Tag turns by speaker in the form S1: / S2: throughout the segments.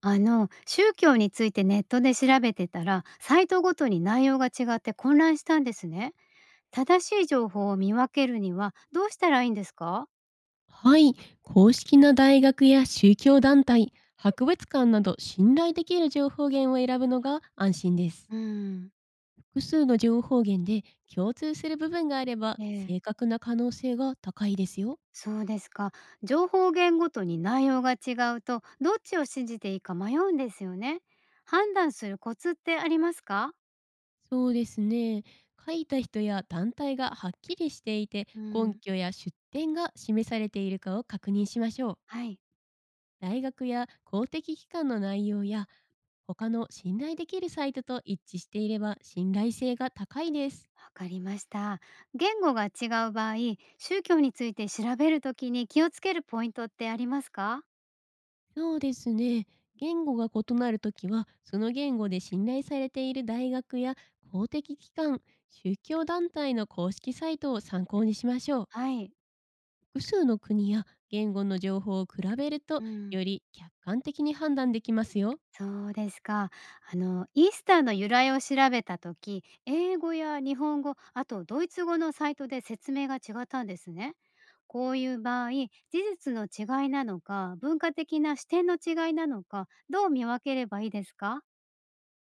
S1: 宗教についてネットで調べてたらサイトごとに内容が違って混乱したんですね。正しい情報を見分けるにはどうしたらいいんですか？
S2: はい、公式な大学や宗教団体、博物館など信頼できる情報源を選ぶのが安心です。
S1: うん、
S2: 複数の情報源で共通する部分があれば
S1: ええ、
S2: 正確な可能性が高いですよ。
S1: そうですか。情報源ごとに内容が違うとどっちを信じていいか迷うんですよね。判断するコツってありますか？
S2: そうですね。書いた人や団体がはっきりしていて、
S1: う
S2: 根
S1: ん、
S2: 拠や出典が示されているかを確認しましょう。
S1: はい。
S2: 大学や公的機関の内容や、他の信頼できるサイトと一致していれば信頼性が高いです。
S1: わかりました。言語が違う場合、宗教について調べるときに気をつけるポイントってありますか？
S2: そうですね。言語が異なるときは、その言語で信頼されている大学や公的機関、宗教団体の公式サイトを参考にしましょう。
S1: はい。
S2: 複数の国や言語の情報を比べると、
S1: うん。
S2: より客観的に判断できますよ。
S1: そうですか。あのイースターの由来を調べた時、英語や日本語、あとドイツ語のサイトで説明が違ったんですね。こういう場合、事実の違いなのか、文化的な視点の違いなのか、どう見分ければいいですか？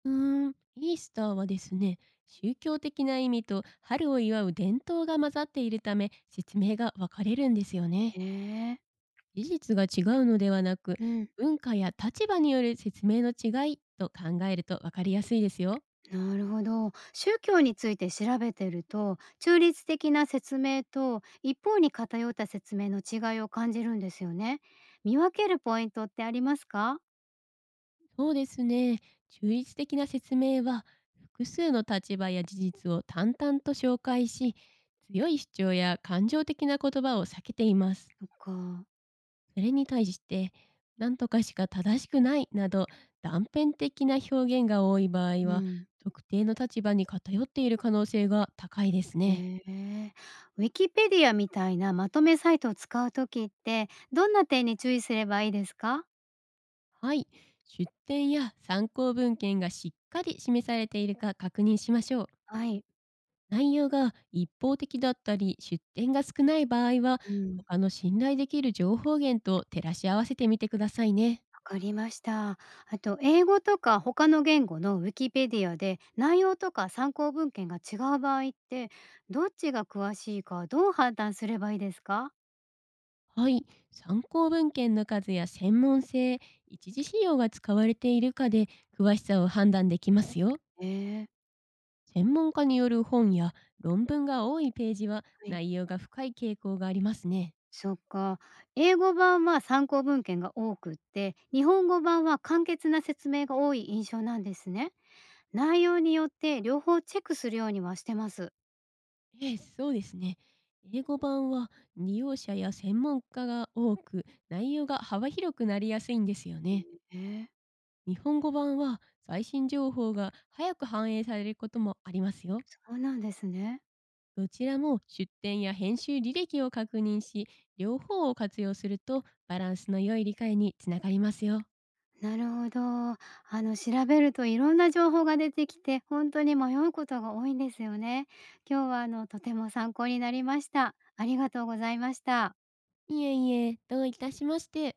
S2: うーん、イースターはですね、宗教的な意味と春を祝う伝統が混ざっているため、説明が分かれるんですよね。
S1: へえ。
S2: 事実が違うのではなく、
S1: うん、
S2: 文化や立場による説明の違いと考えると分かりやすいですよ。
S1: なるほど。宗教について調べてると、中立的な説明と一方に偏った説明の違いを感じるんですよね。見分けるポイントってありますか？
S2: そうですね。中立的な説明は、複数の立場や事実を淡々と紹介し、強い主張や感情的な言葉を避けています。
S1: そっか。
S2: それに対して、何とかしか正しくないなど断片的な表現が多い場合
S1: う
S2: は、
S1: ん。
S2: 特定の立場に偏っている可能性が高いですね。
S1: へえ。ウィキペディアみたいなまとめサイトを使う時って、どんな点に注意すればいいですか？
S2: はい、出典や参考文献がしっかり示されているか確認しましょう。
S1: はい。
S2: 内容が一方的だったり、出典が少ない場合は、
S1: うん、
S2: 他の信頼できる情報源と照らし合わせてみてくださいね。
S1: わかりました。あと英語とか他の言語のウィキペディアで、内容とか参考文献が違う場合って、どっちが詳しいかどう判断すればいいですか？
S2: はい、参考文献の数や専門性、一次資料が使われているかで詳しさを判断できますよ。
S1: ええ、
S2: 専門家による本や論文が多いページは
S1: はい。
S2: 内容が深い傾向がありますね。
S1: そっか。英語版は参考文献が多くって、日本語版は簡潔な説明が多い印象なんですね。内容によって両方チェックするようにはしてます。
S2: ええ、そうですね。英語版は利用者や専門家が多く、内容が幅広くなりやすいんですよね。
S1: えー、
S2: 日本語版は最新情報が早く反映されることもありますよ。
S1: そうなんですね。
S2: どちらも出典や編集履歴を確認し、両方を活用するとバランスの良い理解につながりますよ。
S1: なるほど。調べるといろんな情報が出てきて、本当に迷うことが多いんですよね。今日はとても参考になりました。ありがとうございました。
S2: いえいえ、どういたしまして。